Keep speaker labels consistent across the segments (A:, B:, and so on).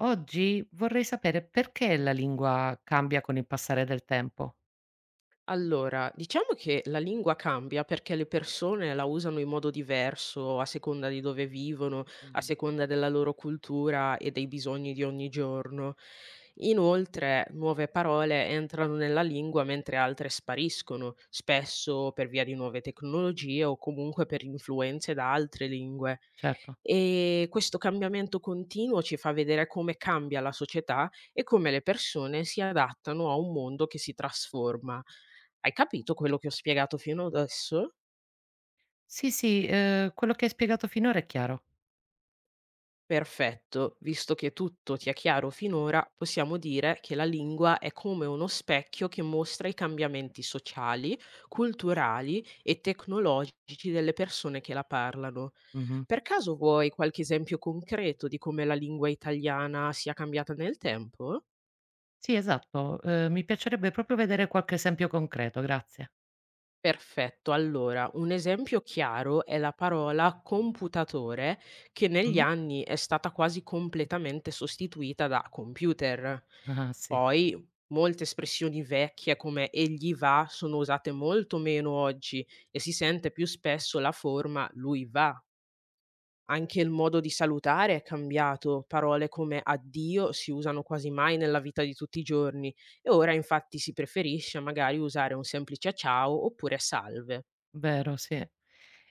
A: Oggi vorrei sapere perché la lingua cambia con il passare del tempo.
B: Allora, diciamo che la lingua cambia perché le persone la usano in modo diverso a seconda di dove vivono, a
A: Mh-mh.
B: seconda della loro cultura e dei bisogni di ogni giorno. Inoltre, nuove parole entrano nella lingua mentre altre spariscono, spesso per via di nuove tecnologie o comunque per influenze da altre lingue.
A: Certo.
B: E questo cambiamento continuo ci fa vedere come cambia la società e come le persone si adattano a un mondo che si trasforma. Hai capito quello che ho spiegato fino adesso?
A: Sì, Quello che hai spiegato finora è chiaro.
B: Perfetto, visto che tutto ti è chiaro finora, possiamo dire che la lingua è come uno specchio che mostra i cambiamenti sociali, culturali e tecnologici delle persone che la parlano.
A: Mh-mh.
B: Per caso vuoi qualche esempio concreto di come la lingua italiana sia cambiata nel tempo?
A: Sì, esatto. Mi piacerebbe proprio vedere qualche esempio concreto, grazie.
B: Perfetto, allora un esempio chiaro è la parola computatore che negli
A: Mh-mh.
B: anni è stata quasi completamente sostituita da computer.
A: Ah, sì.
B: Poi molte espressioni vecchie come egli va sono usate molto meno oggi e si sente più spesso la forma lui va. Anche il modo di salutare è cambiato, parole come addio si usano quasi mai nella vita di tutti i giorni e ora infatti si preferisce magari usare un semplice ciao oppure salve.
A: Vero, sì.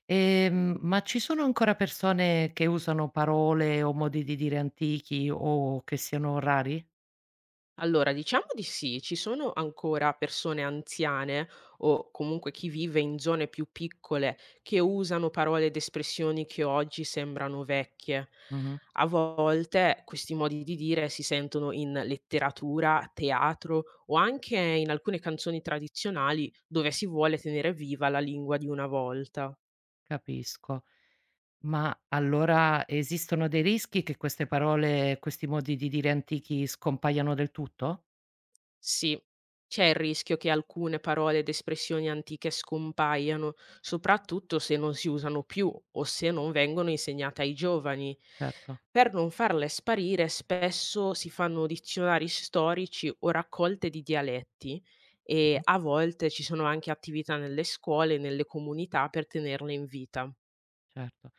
A: Ma ci sono ancora persone che usano parole o modi di dire antichi o che siano rari?
B: Allora, diciamo di sì, ci sono ancora persone anziane o comunque chi vive in zone più piccole che usano parole ed espressioni che oggi sembrano vecchie.
A: Mh-mh.
B: A volte questi modi di dire si sentono in letteratura, teatro o anche in alcune canzoni tradizionali dove si vuole tenere viva la lingua di una volta.
A: Capisco. Ma allora esistono dei rischi che queste parole, questi modi di dire antichi scompaiano del tutto?
B: Sì, c'è il rischio che alcune parole ed espressioni antiche scompaiano, soprattutto se non si usano più o se non vengono insegnate ai giovani.
A: Certo,
B: Per non farle sparire, spesso si fanno dizionari storici o raccolte di dialetti e
A: mh-mh,
B: a volte ci sono anche attività nelle scuole e nelle comunità per tenerle in vita.
A: certo.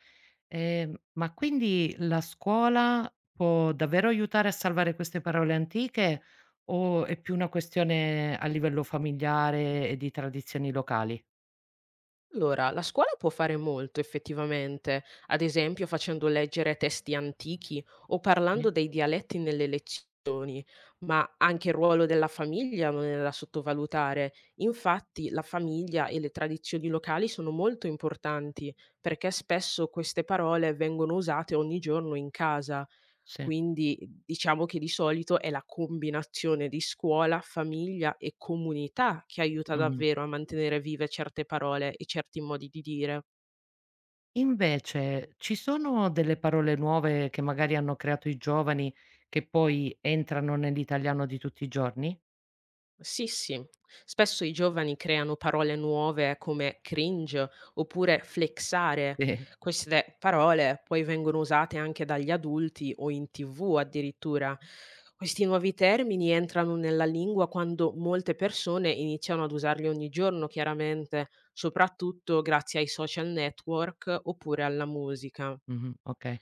A: Ma quindi la scuola può davvero aiutare a salvare queste parole antiche o è più una questione a livello familiare e di tradizioni locali?
B: Allora, la scuola può fare molto effettivamente, ad esempio facendo leggere testi antichi o parlando
A: Sì?
B: dei dialetti nelle lezioni, ma anche il ruolo della famiglia non è da sottovalutare. Infatti, la famiglia e le tradizioni locali sono molto importanti perché spesso queste parole vengono usate ogni giorno in casa.
A: Sì.
B: Quindi diciamo che di solito è la combinazione di scuola, famiglia e comunità che aiuta
A: Mh-mh.
B: davvero a mantenere vive certe parole e certi modi di dire.
A: Invece ci sono delle parole nuove che magari hanno creato i giovani che poi entrano nell'italiano di tutti i giorni?
B: Sì, sì. Spesso i giovani creano parole nuove come cringe oppure flexare.
A: Sì.
B: Queste parole poi vengono usate anche dagli adulti o in TV addirittura. Questi nuovi termini entrano nella lingua quando molte persone iniziano ad usarli ogni giorno, chiaramente, soprattutto grazie ai social network oppure alla musica.
A: Mh-mh, okay,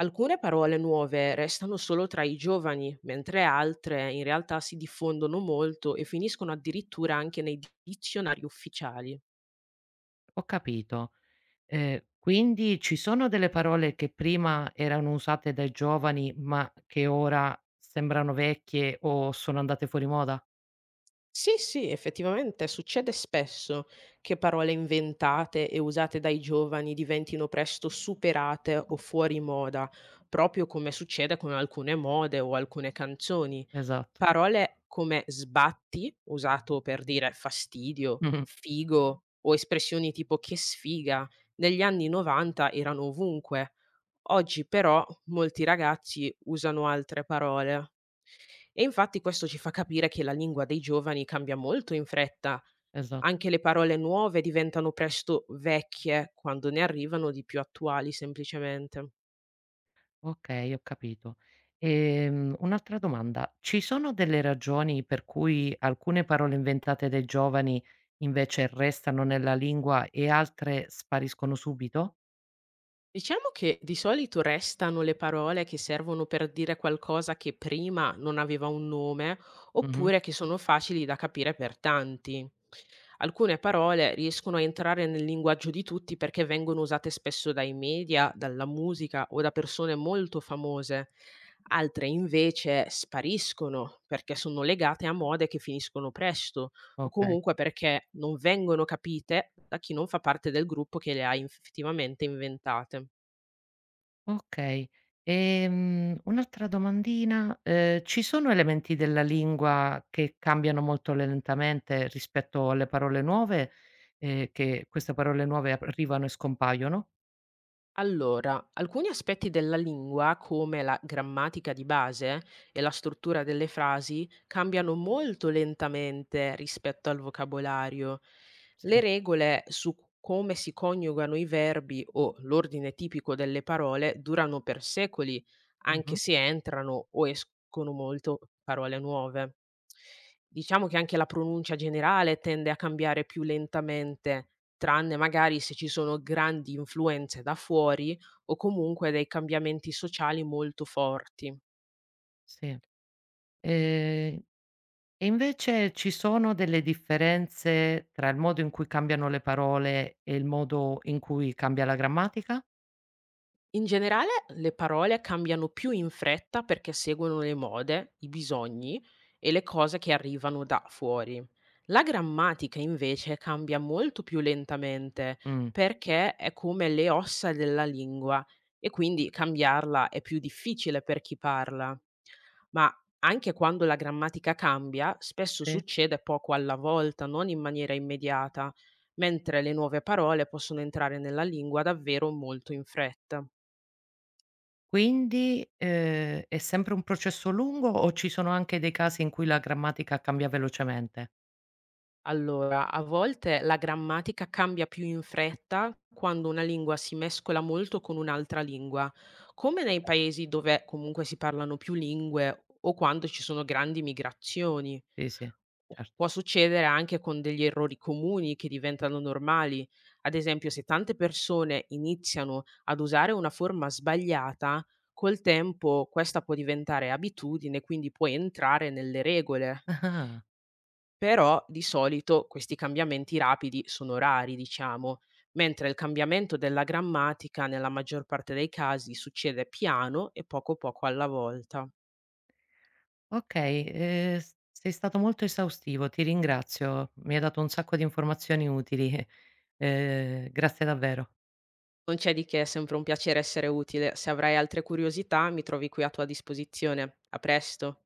B: Alcune parole nuove restano solo tra i giovani, mentre altre in realtà si diffondono molto e finiscono addirittura anche nei dizionari ufficiali.
A: ho capito. Quindi ci sono delle parole che prima erano usate dai giovani, ma che ora sembrano vecchie o sono andate fuori moda?
B: Sì, sì, effettivamente succede spesso che parole inventate e usate dai giovani diventino presto superate o fuori moda, proprio come succede con alcune mode o alcune canzoni.
A: Esatto.
B: Parole come sbatti, usato per dire fastidio,
A: Mh-mh,
B: figo o espressioni tipo che sfiga, negli anni 90 erano ovunque. Oggi però molti ragazzi usano altre parole. E infatti questo ci fa capire che la lingua dei giovani cambia molto in fretta,
A: esa
B: anche le parole nuove diventano presto vecchie quando ne arrivano di più attuali semplicemente.
A: okay, ho capito. Un'altra domanda: ci sono delle ragioni per cui alcune parole inventate dai giovani invece restano nella lingua e altre spariscono subito?
B: Diciamo che di solito restano le parole che servono per dire qualcosa che prima non aveva un nome,
A: Mh-mh,
B: oppure che sono facili da capire per tanti. Alcune parole riescono a entrare nel linguaggio di tutti perché vengono usate spesso dai media, dalla musica o da persone molto famose. Altre invece spariscono perché sono legate a mode che finiscono presto o
A: okay.
B: comunque perché non vengono capite da chi non fa parte del gruppo che le ha effettivamente inventate.
A: Okay. Un'altra domandina: ci sono elementi della lingua che cambiano molto lentamente rispetto alle parole nuove, che queste parole nuove ap arrivano e scompaiono?
B: Allora, alcuni aspetti della lingua, come la grammatica di base e la struttura delle frasi, cambiano molto lentamente rispetto al vocabolario. Le
A: Sì.
B: regole su come si coniugano i verbi o l'ordine tipico delle parole durano per secoli, anche
A: Mh-mh,
B: se entrano o escono molto parole nuove. Diciamo che anche la pronuncia generale tende a cambiare più lentamente, tranne magari se ci sono grandi influenze da fuori o comunque dei cambiamenti sociali molto forti.
A: sì. Ehm, e invece ci sono delle differenze tra il modo in cui cambiano le parole e il modo in cui cambia la grammatica?
B: In generale le parole cambiano più in fretta perché seguono le mode, i bisogni e le cose che arrivano da fuori. La grammatica invece cambia molto più lentamente
A: Mh.
B: perché è come le ossa della lingua e quindi cambiarla è più difficile per chi parla. Ma anche quando la grammatica cambia, spesso
A: Sì.
B: succede poco alla volta, non in maniera immediata, mentre le nuove parole possono entrare nella lingua davvero molto in fretta.
A: Quindi, è sempre un processo lungo o ci sono anche dei casi in cui la grammatica cambia velocemente?
B: Allora, a volte la grammatica cambia più in fretta quando una lingua si mescola molto con un'altra lingua, come nei
A: Okay.
B: paesi dove comunque si parlano più lingue o quando ci sono grandi migrazioni.
A: Sì, sì, certo.
B: Può succedere anche con degli errori comuni che diventano normali. Ad esempio, se tante persone iniziano ad usare una forma sbagliata, col tempo questa può diventare abitudine, quindi può entrare nelle regole.
A: Ah-ah.
B: Però di solito questi cambiamenti rapidi sono rari, diciamo, mentre il cambiamento della grammatica nella maggior parte dei casi succede piano e poco poco alla volta.
A: Okay, s sei stato molto esaustivo, ti ringrazio. Mi hai dato un sacco di informazioni utili. Grazie davvero.
B: Non c'è di che, è sempre un piacere essere utile. Se avrai altre curiosità, mi trovi qui a tua disposizione. A presto.